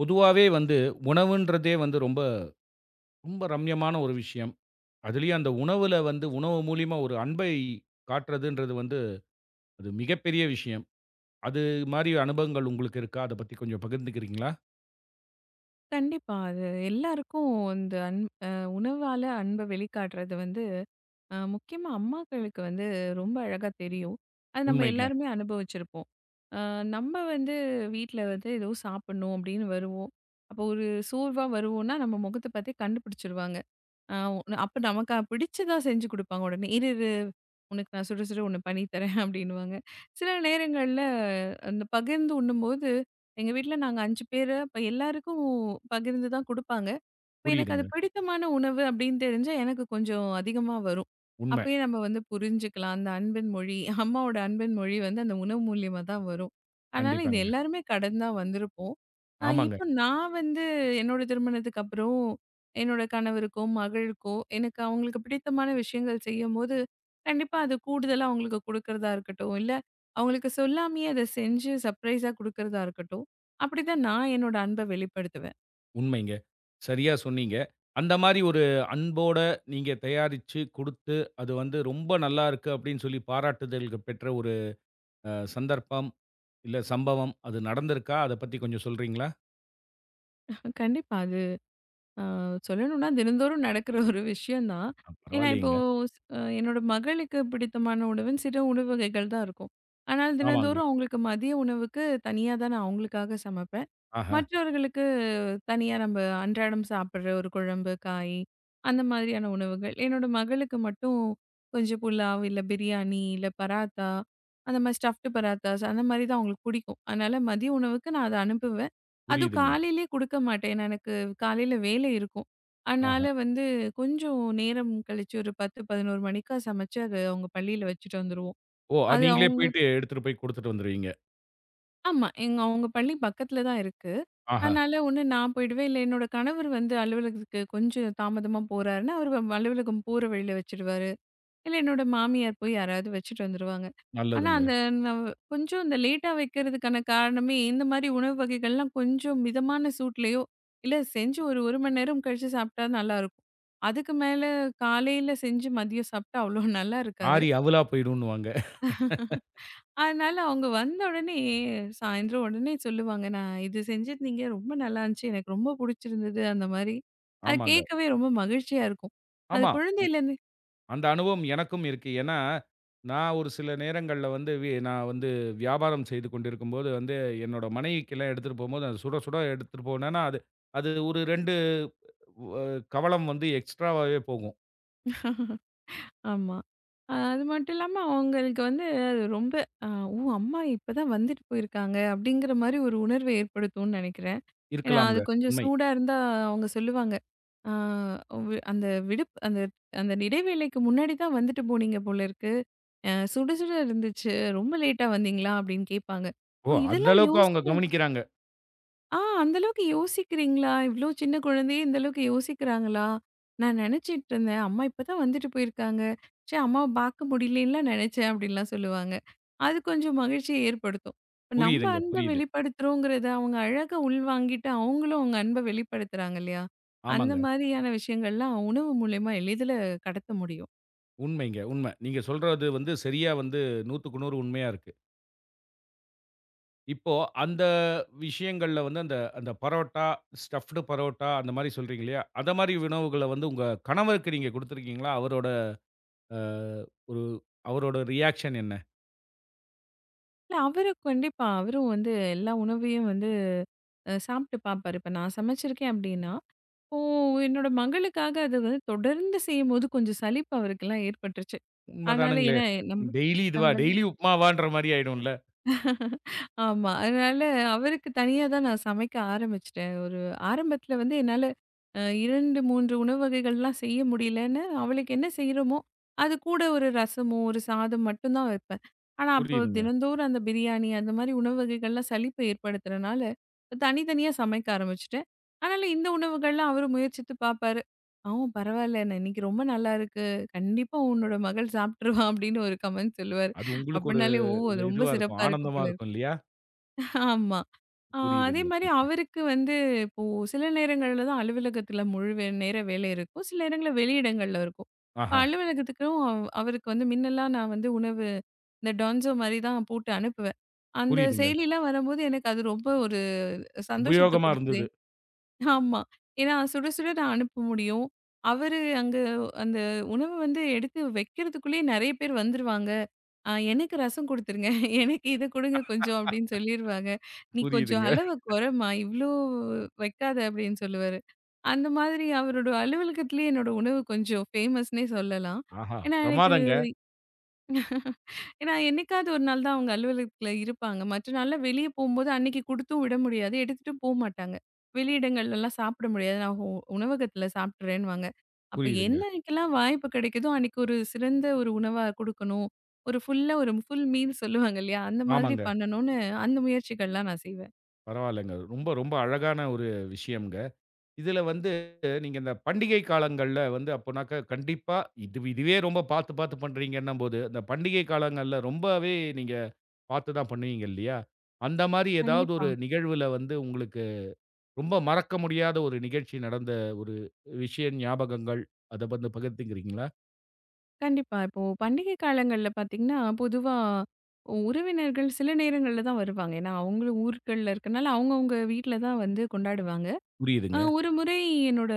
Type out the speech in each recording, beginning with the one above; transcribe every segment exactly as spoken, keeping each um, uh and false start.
பொதுவாவே வந்து உணவுன்றதே வந்து ரொம்ப, ரொம்ப ரம்யமான ஒரு விஷயம். அதுலயும் அந்த உணவுல வந்து உணவு மூலியமா ஒரு அன்பை காட்டுறதுன்றது வந்து, அது மிகப்பெரிய விஷயம். அது மாரி அனுபவங்கள் உங்களுக்கு இருக்கா? அத பத்தி கொஞ்சம் பகிர்ந்துக்கிறீங்களா? கண்டிப்பா. அது எல்லாருக்கும் இந்த அன் அ உணவால அன்ப வெளிக்காட்டுறது வந்து அ முக்கியமா அம்மாக்களுக்கு வந்து ரொம்ப அழகா தெரியும். அது நம்ம உண்மைங்க. எல்லாருமே அனுபவிச்சிருப்போம். அ நம்ம வந்து வீட்ல வந்து ஏதோ சாப்பிடணும் அப்படின்னு வருவோம். அப்போ ஒரு சோர்வா வருவோம்னா, நம்ம முகத்த பார்த்தே கண்டுபிடிச்சிருவாங்க. ஆ உன- அப்ப நமக்கு அ- பிடிச்சதா செஞ்சு குடுப்பாங்க உடனே. "இரு இரு உனக்கு நான் சுட சுட ஒண்ணு பண்ணி தரேன்" அப்படின்னுவாங்க. சில நேரங்கள்ல அந்த பகிர்ந்து உண்ணும்போது எங்க வீட்ல நாங்க ஐந்து பேரு, அப்ப எல்லாருக்கும் பகிர்ந்து தான் குடுப்பாங்க. இப்ப எனக்கு அது புரியுதுங்க. பிடித்தமான உணவு அப்படின்னு தெரிஞ்சா எனக்கு கொஞ்சம் அதிகமா வரும். உண்ம. அப்பயே நம்ம வந்து புரிஞ்சுக்கலாம். அந்த அன்பின் மொழி, அம்மாவோட அன்பின் மொழி வந்து அந்த உணவு மூலியமா தான் வரும். அதனால இது கண்டிப்பாங்க. எல்லாருமே கடந்து தான் வந்திருப்போம். அ ஆமாங்க. இப்போ நான் வந்து என்னோட திருமணத்துக்கு அப்புறம் என்னோட கணவருக்கோ, மகளுக்கோ எனக்கு அவங்களுக்கு பிடித்தமான விஷயங்கள் செய்யும்போது, கண்டிப்பா அது கூடுதலா அவங்களுக்கு குடுக்கறதா இருக்கட்டும், இல்ல அவங்களுக்கு சொல்லாமயே அத செஞ்சு சர்ப்ரைஸா குடுக்கறதா இருக்கட்டும், அப்படிதான் நான் என்னோட அன்ப வெளிப்படுத்துவேன். உண்மைங்க. சரியா சொன்னீங்க. அந்த மாரி ஒரு அன்போட நீங்க தயாரிச்சு குடுத்து, அது வந்து ரொம்ப நல்லா இருக்கு அப்டின்னு சொல்லி பாராட்டுதல்கள் பெற்ற ஒரு அ சந்தர்ப்பம், இல்ல சம்பவம் அது நடந்திருக்கா? அத பத்தி கொஞ்சம் சொல்றீங்களா? கண்டிப்பா அது ஆ சொல்லணும்னா தினந்தோறும் நடக்கிற ஒரு விஷயம் தான். அ ஏன்னா இப்போ பரவாயில்லைங்க. ஸ் அ என்னோட மகளுக்கு பிடித்தமான உணவுன்னு சில உணவு வகைகள் தான் இருக்கும். ஆனால் ஆமாங்க. தினந்தோறும் அவங்களுக்கு மதிய உணவுக்கு தனியா தான் நான் அவங்களுக்காக சமைப்பேன். ஆஹா. மற்றவர்களுக்கு தனியா நம்ம அன்றாடம் சாப்பிடுற ஒரு குழம்பு, காய் அந்த மாதிரியான உணவுகள். என்னோட மகளுக்கு மட்டும் கொஞ்சம் புலாவ், இல்ல பிரியாணி, இல்ல பராத்தா, அந்த மாதிரி ஸ்டஃப்டு பராத்தாஸ் அந்த மாதிரி தான் அவங்களுக்கு பிடிக்கும். அதனால மதிய உணவுக்கு நான் அத அனுப்புவேன். அதுவும் புரியுதுங்க. காலையிலேயே குடுக்க மாட்டேன். ஏன்னா எனக்கு காலையில வேலை இருக்கும். ஆஹா. அதனால வந்து கொஞ்சம் நேரம் கழிச்சு ஒரு பத்து, பதினொன்று மணிக்கா சமைச்சு, அது அவங்க பள்ளியில வச்சுட்டு வந்துருவோம். ஓ! அ அது நீங்களே அவங்க போயிட்டு எடுத்துட்டு போய் குடுத்துட்டு வந்துருவீங்க. ஆமா. எங்க அவங்க பள்ளி பக்கத்துல தான் இருக்கு. ஆஹா. அதனால ஒண்ணு நான் போயிடுவேன். இல்ல என்னோட கணவர் வந்து அலுவலகத்துக்கு கொஞ்சம் தாமதமா போறாருன்னா, அவரு அலுவலகம் போற வழியில வச்சுடுவாரு. இல்ல என்னோட மாமியார் போய் யாராவது வச்சுட்டு வந்துருவாங்க. ஆனா நல்லதுங்க. அந்த நவ் கொஞ்சம் இந்த லேட்டா வைக்கிறதுக்கான காரணமே, இந்த மாரி உணவு வகைகள்லாம் கொஞ்சம் மிதமான சூட்லயோ, இல்ல செஞ்சு ஒரு 1 மணி நேரம் கழிச்சு சாப்பிட்டா நல்லாருக்கும். அதுக்கு மேல காலையில செஞ்சு மதியம் சாப்பிட்டா அவ்வளோ நல்லா இருக்காது. ஆறி அவுலா போயிடுன்னுவாங்க. அதனால அவங்க வந்த உடனே சாயந்தரம் உடனே சொல்லுவாங்க, "நான் இது செஞ்சிருந்தீங்க. ரொம்ப நல்லா இருந்துச்சு. எனக்கு ரொம்ப புடிச்சிருந்தது." அந்த மாரி. அது ஆமாங்க. கேட்கவே ரொம்ப மகிழ்ச்சியா இருக்கும். அது ஆமா. இ குழந்தையிலேருந்து அந்த அனுபவம் எனக்கும் இருக்கு. ஏன்னா, நான் ஒரு சில நேரங்கள்ல வந்து வி நான் வந்து வியாபாரம் செய்து கொண்டிருக்கும்போது வந்து, என்னோட மனைவிக்கெல்லாம் எடுத்துட்டு போம்போது, அது சுட சுட எடுத்துட்டு போனேன்னா, அது அது ஒரு இரண்டு அ கவளம் வந்து எக்ஸ்ட்ராவாவே போகும். ஆமா. அ அது மட்டும் இல்லாம அவங்களுக்கு வந்து அது ரொம்ப அ "ஓ! அம்மா இப்பதான் வந்துட்டு போயிருக்காங்க." அப்படிங்கிற மாரி ஒரு உணர்வு ஏற்படுத்தும்னு நெனைக்கிறேன். ஏன்னா, அது இருக்கலாம்ங்க. கொஞ்சம் உண்மை. சூடா இருந்தா அவங்க சொல்லுவாங்க. "ஆ வி அந்த விடுப் அந்த அந்த இடைவேளைக்கு முன்னாடி தான் வந்துட்டு போனீங்க போல இருக்கு. அ சுட சுட இருந்துச்சு. ரொம்ப லேட்டா வந்தீங்களா?" அப்படின்னு கேட்பாங்க. ஓ! ஓ! அந்த இதெல்லாம் அளவுக்கு அவங்க யோசிச்சு கவனிக்கிறாங்க. ஆ அந்த அளவுக்கு யோசிக்கிறீங்களா? இவ்ளோ சின்ன குழந்தையே இந்த அளவுக்கு யோசிக்கிறாங்களா? நான் நெனச்சிட்டு இருந்தேன். அம்மா இப்ப தான் வந்துட்டு போயிருக்காங்க. ச்சே! அம்மாவ பார்க்க முடியலன்னுலாம் நெனச்சேன் அப்டின்லாம் சொல்லுவாங்க. அது கொஞ்சம் மகிழ்ச்சிய ஏற்படுத்தும். இப்ப நம்ம புரியுதுங்க. அன்ப புரியுது. வெளிப்படுத்துறோங்கிறத அவங்க அழகா உள்வாங்கிட்டு, அவங்களும் அவங்க அன்ப வெளிப்படுத்துறாங்க இல்லையா? அந்த ஆமாங்க. மாதிரியான விஷயங்கள்லாம் உணவு மூலியமா எளிதில கடத்த முடியும். உண்மைங்க, உண்ம. நீங்க சொல்றது வந்து சரியா வந்து 100க்கு நூறு உண்மையா இருக்கு. இப்போ அந்த விஷயங்கள்ல வந்து அந்த அந்த பரோட்டா, ஸ்டஃப்டு பரோட்டா அந்த மாரி சொல்றீங்க இல்லையா? அத மாரி உணவுகள வந்து உங்க கணவருக்கு நீங்க குடுத்துருக்கீங்களா? அவரோட அ ஒரு அவரோட ரியாக்ஷன் என்ன? இல்ல அவரு கண்டிப்பா அவரும் வந்து எல்லா உணவையும் வந்து அ சாப்ட்டு பார்ப்பாரு. இப்ப நான் சமைச்சிருக்கேன் அப்டின்னா, ஓ! என்னோட மகளுக்காக அது வந்து தொடர்ந்து செய்யும்போது கொஞ்சம் சலிப்பு அவருக்கெல்லாம் ஏற்பட்டுருச்சு. அதனால உண்மதானுங்களே. ஏன்னா நம்ப டெய்லி இதுவா? நம்ப டெய்லி உப்மாவான்ற மாரி ஆயிடும்ல. ஆமா. அதனால அவருக்கு தனியா தான் நான் சமைக்க ஆரம்பிச்சுட்டேன். ஒரு ஆரம்பத்தில வந்து என்னால அ இரண்டு, மூன்று உணவு வகைகள்லாம் செய்ய முடியலன்னு, அவளுக்கு என்ன செய்றோமோ, அது கூட ஒரு ரசமோ, ஒரு சாதம் மட்டும் தான் வைப்பேன். ஆனா, அப்போ புரியுதுங்க. தினந்தோறும் அந்த பிரியாணி அந்த மாரி உணவு வகைகள்லாம் சலிப்பு ஏற்படுத்துறனால, தனித்தனியா சமைக்க ஆரம்பிச்சுட்டேன். ஆனாலும் இந்த உணவுகள்லாம் அவரு முயற்சித்து பார்ப்பாரு. "ஆ பரவாயில்ல நான் இன்னைக்கு ரொம்ப நல்லா இருக்கு. கண்டிப்பா உன்னோட மகள் சாப்பிட்டுருவா" அப்படின்னு ஒரு கமெண்ட் சொல்லுவாரு. அது உங்களுக்கு ஒரு அப்படினாலே, "ஓ! அது இது ரொம்ப இதுவா இருக்கும். சிறப்பா இருக்கு ஆனந்தமா போல" இருக்கும் இல்லையா? ஆமா. ஆ அதே புரியுதுங்க. மாரி அவருக்கு வந்து இப்போ சில நேரங்கள்ல தான் அலுவலகத்தில முழு வே நேர வேலை இருக்கும். சில நேரங்கள்ல வெளியிடங்கள்ல இருக்கும். இப்ப ஆஹா. அலுவலகத்துக்கும் அவ் அவருக்கு வந்து முன்னெல்லாம் நான் வந்து உணவு இந்த டொன்சோ மாரி தான் போட்டு அனுப்புவேன். அந்த புரியுதுங்க. செயலிலாம் வரும்போது எனக்கு அது ரொம்ப ஒரு சந்தோஷத்த உபயோகமா குடுத்தது. இருந்தது. ஆமா. ஏன்னா சுட சுட நான் அனுப்ப முடியும். அவரு அங்க அந்த உணவு வந்து எடுத்து வைக்கிறதுக்குள்ளயே நெறைய பேர் வந்துருவாங்க. அ எனக்கு ரசம் குடுத்துருங்க. எனக்கு இத குடுங்க கொஞ்சம் அப்டின்னு சொல்லிருவாங்க. நீ கொஞ்சம் புரியுதுங்க. அளவ கொறைம்மா. இவ்ளோ வைக்காத அப்டின்னு சொல்லுவாரு. அந்த மாதிரி அவரோட அலுவலகத்திலேயே என்னோட உணவு கொஞ்சம் ஃபேமஸ்ன்னே சொல்லலாம். ஆஹா! ஏன்னா எனக்கு பிரமாதங்க. ஏன்னா, என்னைக்காவது ஒரு நாள் தான் அவங்க அலுவலகத்துல இருப்பாங்க. மற்ற நாள்ல வெளிய போம்போது அன்னைக்கு குடுத்தும் விட முடியாது. எடுத்துட்டும் போ மாட்டாங்க. வெளியிடங்கள்லலாம் சாப்பிட முடியாது. நான் உ உணவகத்துல சாப்பிட்டுறேன்னுவாங்க. அப்ப புரியுதுங்க. என்னைக்கெல்லாம் வாய்ப்பு கிடைக்குதோ, அன்னைக்கு ஒரு சிறந்த ஒரு உணவா குடுக்கணும். ஒரு ஃபுல்லா ஒரு ஃபுல் மீல் சொல்லுவாங்க இல்லையா? அந்த மாதிரி ஆமாங்க. பண்ணணும்னு அந்த முயற்சிகள்லாம் நான் செய்வேன். பரவாயில்லங்க. ரொம்ப ரொம்ப அழகான ஒரு விஷயம்ங்க. இதுல வந்து நீங்க இந்த பண்டிகை காலங்கள்ல வந்து அப்போனாக்க கண்டிப்பா இது இதுவே ரொம்ப பார்த்து பார்த்து பண்றீங்கன்னும்போது, அந்த பண்டிகை காலங்கள்ல ரொம்பவே நீங்க பார்த்து தான் பண்ணுவீங்க இல்லையா? அந்த மாரி ஏதாவது கண்டிப்பா, ஒரு நிகழ்வுல வந்து உங்களுக்கு ரொம்ப மறக்க முடியாத ஒரு நிகழ்ச்சி நடந்த ஒரு விஷயம் ஞாபகங்கள் அத வந்து பகிர்ந்துக்கிறீங்களா? கண்டிப்பா. இப்போ பண்டிகை காலங்கள்ல பார்த்தீங்கன்னா, பொதுவா உறவினர்கள் சில நேரங்கள்ல தான் வருவாங்க. ஏன்னா, அவங்களும் ஊர்கள்ல இருக்கனால அவங்கவங்க வீட்ல தான் வந்து கொண்டாடுவாங்க. ஆ புரியுதுங்க. ஒரு முறை என்னோட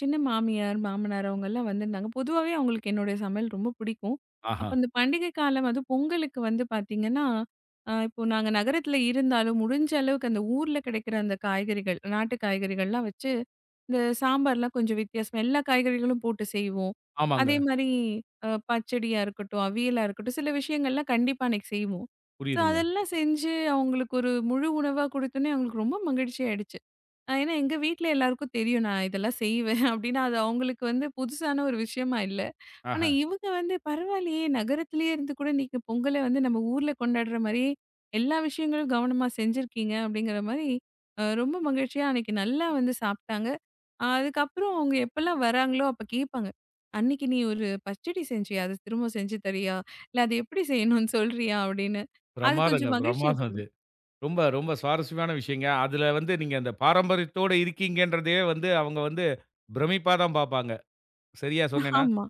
சின்ன மாமியார், மாமனார் அவங்கலாம் வந்திருந்தாங்க. பொதுவாவே அவங்களுக்கு என்னுடைய சமையல் ரொம்ப பிடிக்கும். அப்ப ஆஹா. இந்த பண்டிகை காலம் அதுவும் பொங்கலுக்கு வந்து பார்த்தீங்கன்னா, அ இப்போ நாங்க நகரத்தில இருந்தாலும் முடிஞ்ச அளவுக்கு அந்த ஊர்ல கிடைக்கிற அந்த காய்கறிகள், நாட்டு காய்கறிகள்லாம் வச்சு, இந்த சாம்பார்லாம் கொஞ்சம் வித்தியாசமா எல்லா காய்கறிகளும் போட்டு செய்வோம். ஆமாங்க. அதே மாரி அ பச்சடியா இருக்கட்டும், அவியலா இருக்கட்டும், சில விஷயங்கள்லாம் கண்டிப்பா அன்னைக்கு செய்வோம். ஸோ புரியுதுங்க. அதெல்லாம் செஞ்சு அவங்களுக்கு ஒரு முழு உணவா கொடுத்தோனே அவங்களுக்கு ரொம்ப மகிழ்ச்சி ஆயிடுச்சு. அ ஏன்னா எங்க வீட்ல எல்லாருக்கும் தெரியும் நான் இதெல்லாம் செய்வேன் அப்படின்னு அது அவங்களுக்கு வந்து புதுசான ஒரு விஷயமா இல்ல. ஆனா ஆஹா. இவங்க வந்து பரவாயில்லையே நகரத்திலேயே இருந்து கூட நீங்க பொங்கல வந்து நம்ம ஊர்ல கொண்டாடுற மாரியே எல்லா விஷயங்களும் கவனமா செஞ்சிருக்கீங்க அப்படிங்கிற மாரி அ ரொம்ப மகிழ்ச்சியா அன்னைக்கு நல்லா வந்து சாப்பிட்டாங்க. அ அதுக்கப்புறம் அவங்க எப்பலாம் வராங்களோ அப்ப கேட்பாங்க. "அன்னைக்கு நீ ஒரு பச்சடி செஞ்சியா? அத திரும்ப செஞ்சு தரியா? இல்ல அது எப்படி செய்யணும்னு சொல்றியா?" அப்படின்னு. அது பிரமாதங்க, கொஞ்சம் மகிழ்ச்சிய பிரமாதம் தரும். அது. ரொம்ப, ரொம்ப சுவாரஸ்யமான விஷயங்க. அதுல வந்து நீங்க அந்த பாரம்பரியத்தோட இருக்கீங்கன்றதே வந்து அவங்க வந்து பிரமிப்பா தான் பார்ப்பாங்க. சரியா சொன்னேனா? ஆமா.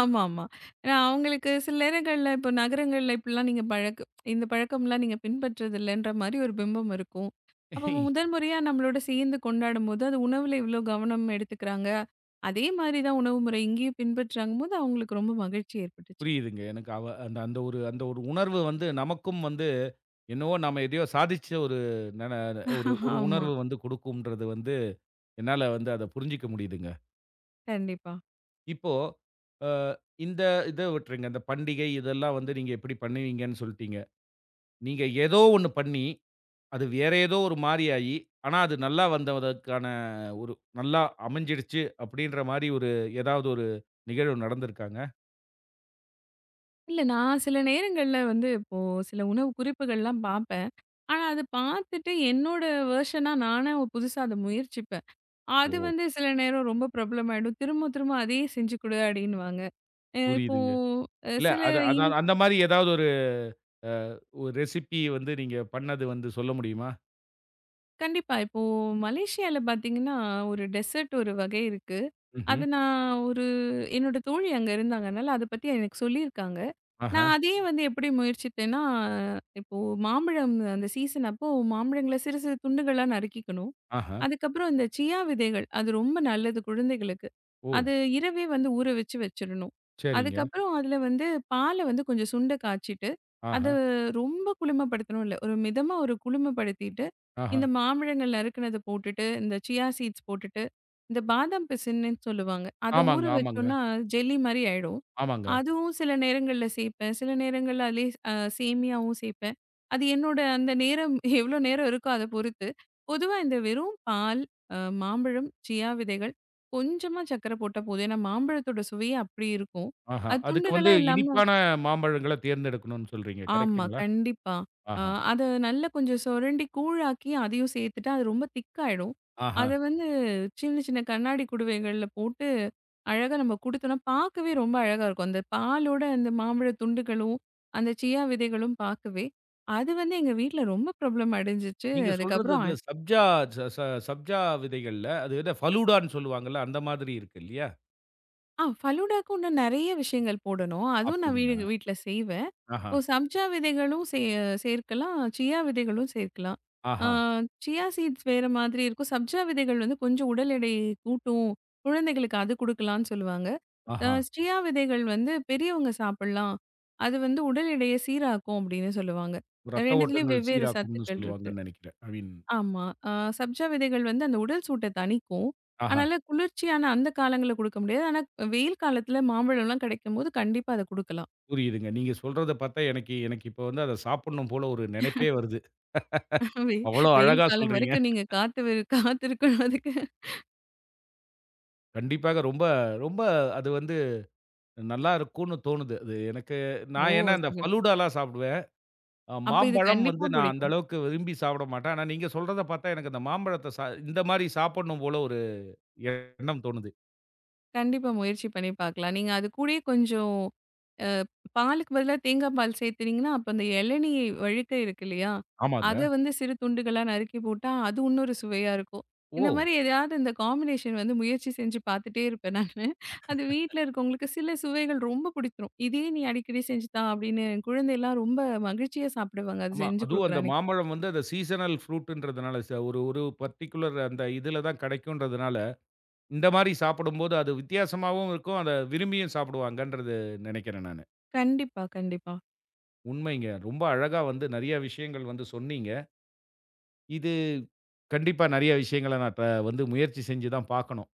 ஆமாமா. நான் அவங்களுக்கு சில நேரங்கள்ல இப்போ நகரங்கள்ல இப்படிலாம் நீங்க பழக்க இந்த பழக்கம்லாம் நீங்க பின்பற்றதில்லன்ற மாரி ஒரு பிம்பம் இருக்கும். அப்போ முதல் முறையா நம்மளோட சேர்ந்து கொண்டாடும்போது, அது உணவுல இவ்ளோ கவனம் எடுத்துக்கிறாங்க. அதே மாரி தான் உணவு முறை இங்கேயும் பின்பற்றாங்கும்போது, அவங்களுக்கு ரொம்ப மகிழ்ச்சி ஏற்பட்டுச்சு. புரியுதுங்க. எனக்கு அவ அந்த அந்த ஒரு அந்த ஒரு உணர்வு வந்து நமக்கும் வந்து என்னவோ நாம எதையோ சாதிச்ச ஒரு நென ஒரு ஒரு ஆமா. உணர்வு வந்து குடுக்கும்ன்றது வந்து என்னால வந்து அத புரிஞ்சுக்க முடியுதுங்க. கண்டிப்பா. இப்போ அ இந்த இத விட்டுருங்க. இந்த பண்டிகை இதெல்லாம் வந்து நீங்க எப்படி பண்ணுவீங்கன்னு சொல்ட்டீங்க. நீங்க ஏதோ ஒண்ணு பண்ணி அது வேற ஏதோ ஒரு மாரி ஆயி, ஆனா அது நல்லா வந்ததற்கான ஒரு நல்லா அமைஞ்சிடுச்சு அப்படின்ற மாரி ஒரு ஏதாவது ஒரு நிகழ்வு நடந்திருக்காங்க? இல்ல நான் சில நேரங்கள்ல வந்து இப்போ சில உணவு குறிப்புகள்லாம் பார்ப்பேன். ஆனா, அது பார்த்துட்டு என்னோட வெர்ஷனா நானே புதுசா அத முயற்சிப்பேன். அது ஓ! வந்து சில நேரம் ரொம்ப பிரபலமாயிடும். திரும்ப திரும்ப அதையே செஞ்சு கொடு அப்படின்னுவாங்க. அ இப்போ புரியுதுங்க. அ இல்ல சில அது அது இனி அந்த மாரி ஏதாவது ஒரு அ ஒரு ரெசிபி வந்து நீங்க பண்ணது வந்து சொல்ல முடியுமா? கண்டிப்பா. இப்போ மலேசியால பார்த்தீங்கன்னா, ஒரு டெசர்ட் ஒரு வகை இருக்கு. அது ம்ஹ்ம். நான் ஒரு என்னோட தோழி அங்க இருந்தாங்க. அதனால அத பத்தி எனக்கு சொல்லியிருக்காங்க. ஆஹா, நான் அதையே வந்து எப்படி முயற்சித்தேன்னா, இப்போ மாம்பழம் அந்த சீசன் அப்போ மாம்பழங்கள சிறு சிறு துண்டுகளா நறுக்கிக்கணும். ஆஹா. அதுக்கப்புறம் இந்த சியா விதைகள் அது ரொம்ப நல்லது குழந்தைகளுக்கு. ஓ! அது இரவே வந்து ஊற வச்சு வச்சிரணும். சரிங்க. அதுக்கப்புறம் அதில வந்து பால வந்து கொஞ்சம் சுண்ட காய்ச்சிட்டு, அத ஆஹா, ரொம்ப குளுமைப்படுத்தணும் இல்ல. ஒரு மிதமா ஒரு குளுமைப்படுத்திட்டு ஆஹா. இந்த மாம்பழங்கள் நறுக்குனத போட்டுட்டு, இந்த சியா சீட்ஸ் போட்டுட்டு, இந்த பாதாம் பிசின்னு சொல்லுவாங்க. அத ஊற ஆமாங்க, ஆமாங்க, வச்சோம்னா ஜெல்லி மாரி ஆயிடும். ஆமாங்க. அதுவும் சில நேரங்கள்ல சேப்பேன். சில நேரங்கள்ல அதிலேயே அ சேமியாவும் சேப்பேன். அது என்னோட அந்த நேரம் எவ்வளோ நேரம் இருக்கோ அத பொறுத்து. பொதுவா இந்த வெறும் பால், அ மாம்பழம், சியா விதைகள், கொஞ்சமா சர்க்கரை போட்டா போதும். ஏன்னா மாம்பழத்தோட சுவையே அப்படி இருக்கும். ஆஹா. அது அதுக்கு துண்டுகளா வந்து இல்லாம இனிப்பான மாம்பழங்கள தேர்ந்தெடுக்கணும்னு சொல்றீங்க. ஆமா. கரெக்ட்டுங்களா? கண்டிப்பா. அ ஆஹா, அத நல்லா கொஞ்சம் சொரண்டி கூழாக்கி, அதையும் சேர்த்துட்டா, அது ரொம்ப திக்காயிடும். ஆஹா. அத வந்து சின்ன சின்ன கண்ணாடி குடுவைகள்ல போட்டு, அழகா நம்ம குடுத்தோம்னா, பார்க்கவே ரொம்ப அழகா இருக்கும். அந்த பாலோட அந்த மாம்பழத் துண்டுகளும், அந்த சியா விதைகளும் பார்க்கவே, அது வந்து எங்க வீட்ல ரொம்ப பிரபலம் அடைஞ்சுச்சு. நீங்க சொல்றது அதுக்கப்புறம் இந்த சப்ஜா ச ச சப்ஜா விதைகள்ல, அது என்ன ஃபலூடான்னு சொல்லுவாங்கல்ல, அந்த மாதிரி இருக்கு இல்லையா? ஆ ஃபலூடாக்கு இன்னும் நெறைய விஷயங்கள் போடணும். அதுவும் நான் வீடு அப்படிங்களா? வீட்ல செய்வேன். ஆஹா, இப்போ சப்ஜா விதைகளும் சே சேர்க்கலாம். சியா விதைகளும் சேர்க்கலாம். ஆ ஆஹா, சியா சீட்ஸ் வேற மாதிரி இருக்கும். சப்ஜா விதைகள் வந்து கொஞ்சம் உடல் எடை கூட்டும். குழந்தைகளுக்கு அது குடுக்கலாம்னு சொல்லுவாங்க. அ ஆஹா. சியா விதைகள் வந்து பெரியவங்க சாப்பிடலாம். அது வந்து உடல் எடையை சீராக்கும் அப்படின்னு சொல்லுவாங்க. ரத்த 2த்துலயும் ஓட்டங்கள் வெவ்வேறு சீராக்கும்னு சத்துக்கள் இருக்கு. சொல்லுவாங்கன்னு நெனைக்கிறேன். ஐ மீன் ஆமா. அ சப்ஜா விதைகள் வந்து அந்த உடல் சூட்ட தணிக்கும். ஆஹா, அதனால குளிர்ச்சியான அந்த காலங்கள்ல குடுக்க முடியாது. ஆனா வெயில் காலத்துல மாம்பழம்லாம் கிடைக்கும்போது கண்டிப்பா அத குடுக்கலாம். புரியுதுங்க. நீங்க சொல்றத பார்த்தா எனக்கு எனக்கு இப்போ வந்து அத சாப்பிடணும் போல ஒரு நெனைப்பே வருது. வெ அவ்வளோ வெயில் அழகா காலம் சொல்றீங்க. வரைக்கும் நீங்க காத்து வெ- காத்திருக்கணும் அதுக்கு. கண்டிப்பாக ரொம்ப ரொம்ப அது வந்து நல்லா இருக்கும்னு தோணுது. அது எனக்கு ஓ! நான் ஏன்னா இந்த சிறப்பு. ஃபலூடாலாம் சாப்பிடுவேன். அ அப்ப இது மாம்பழம் கண்டிப்பா வந்து நான் அந்த பிடிக்கும். அளவுக்கு விரும்பி சாப்பிட மாட்டேன். ஆனா நீங்க சொல்றத பார்த்தா எனக்கு அந்த மாம்பழத்த சா இந்த மாரி சாப்பிடணும் போல ஒரு எண்ணம் தோணுது. கண்டிப்பா முயற்சி பண்ணி பார்க்கலாம். நீங்க அது கூடயே கொஞ்சம் அ பாலுக்கு பதிலா தேங்காய் பால் சேர்த்துனீங்கன்னா, அப்ப அந்த இளநீ வழுக்க இருக்கு இல்லையா? ஆமாங்க. அத வந்து சிறு துண்டுகளா நறுக்கி போட்டா, அது இன்னொரு சுவையா இருக்கும். ஓ! இந்த மாரி எதையாவது இந்த காம்பினேஷன் வந்து முயற்சி செஞ்சு பார்த்துட்டே இருப்பேன் நானு. அது வீட்ல இருக்கவங்களுக்கு சில சுவைகள் ரொம்ப பிடித்துரும். "இதே நீ அடிக்கடி செஞ்சு தா" அப்படின்னு என் குழந்தைலாம் ரொம்ப மகிழ்ச்சியா சாப்பிடுவாங்க. அது ஆமா. செஞ்சு அதுவும் குடுக்குற அந்த அன்னைக்கு. மாம்பழம் வந்து அந்த சீசனல் ஃப்ரூட்ன்றதுனால ச ஒரு ஒரு பர்ட்டிகுலர் அந்த இதுல தான் கிடைக்குன்றதுனால, இந்த மாரி சாப்பிடும்போது அது வித்தியாசமாவும் இருக்கும். அத விரும்பியும் சாப்பிடுவாங்கன்றது நினைக்கிறேன் நானு. கண்டிப்பா, கண்டிப்பா. உண்மைங்க. ரொம்ப அழகா வந்து நெறைய விஷயங்கள் வந்து சொன்னீங்க. இது கண்டிப்பா நெறைய விஷயங்கள நான் இப்ப வந்து முயற்சி செஞ்சு தான் பார்க்கணும்.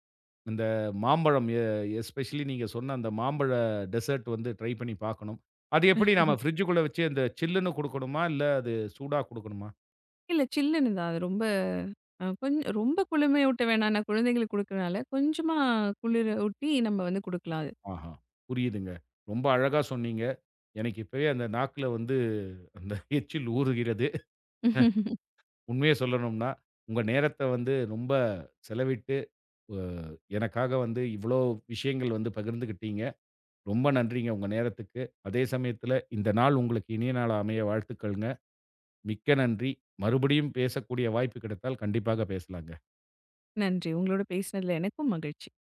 இந்த மாம்பழம் எ எஸ்பெஷலி நீங்க சொன்ன அந்த மாம்பழ டெசர்ட் வந்து ட்ரை பண்ணி பார்க்கணும். அது எப்படி நம்ம ஃப்ரிட்ஜுக்குள்ள வச்சு அந்த சில்லுன்னு குடுக்கணுமா? இல்ல அது சூடா குடுக்கணுமா? இல்ல சில்லுன்னு தான். அது ரொம்ப அ கொஞ் ரொம்ப குளுமையூட்ட வேணாம். நான் குழந்தைங்களுக்கு குடுக்குறனால, கொஞ்சமா குளிர ஊட்டி நம்ம வந்து குடுக்கலாம் ஆஹா, புரியுதுங்க. ரொம்ப அழகா சொன்னீங்க. எனக்கு இப்பவே அந்த நாக்குல வந்து அந்த எச்சில் ஊறுகிறது. அது. உண்மைய சொல்லணும்னா, உங்க நேரத்த வந்து ரொம்ப செலவிட்டு அ எனக்காக வந்து இவ்ளோ விஷயங்கள் வந்து பகிர்ந்துக்கிட்டீங்க. ரொம்ப நன்றிங்க உங்க நேரத்துக்கு. அதே சமயத்துல இந்த நாள் உங்களுக்கு இனிய நாளா அமைய வாழ்த்துக்கள்ங்க. மிக்க நன்றி. மறுபடியும் பேசக்கூடிய வாய்ப்பு கிடைத்தால் கண்டிப்பாக பேசலாங்க. நன்றி. உங்களோட பேசினதுல எனக்கும் மகிழ்ச்சி.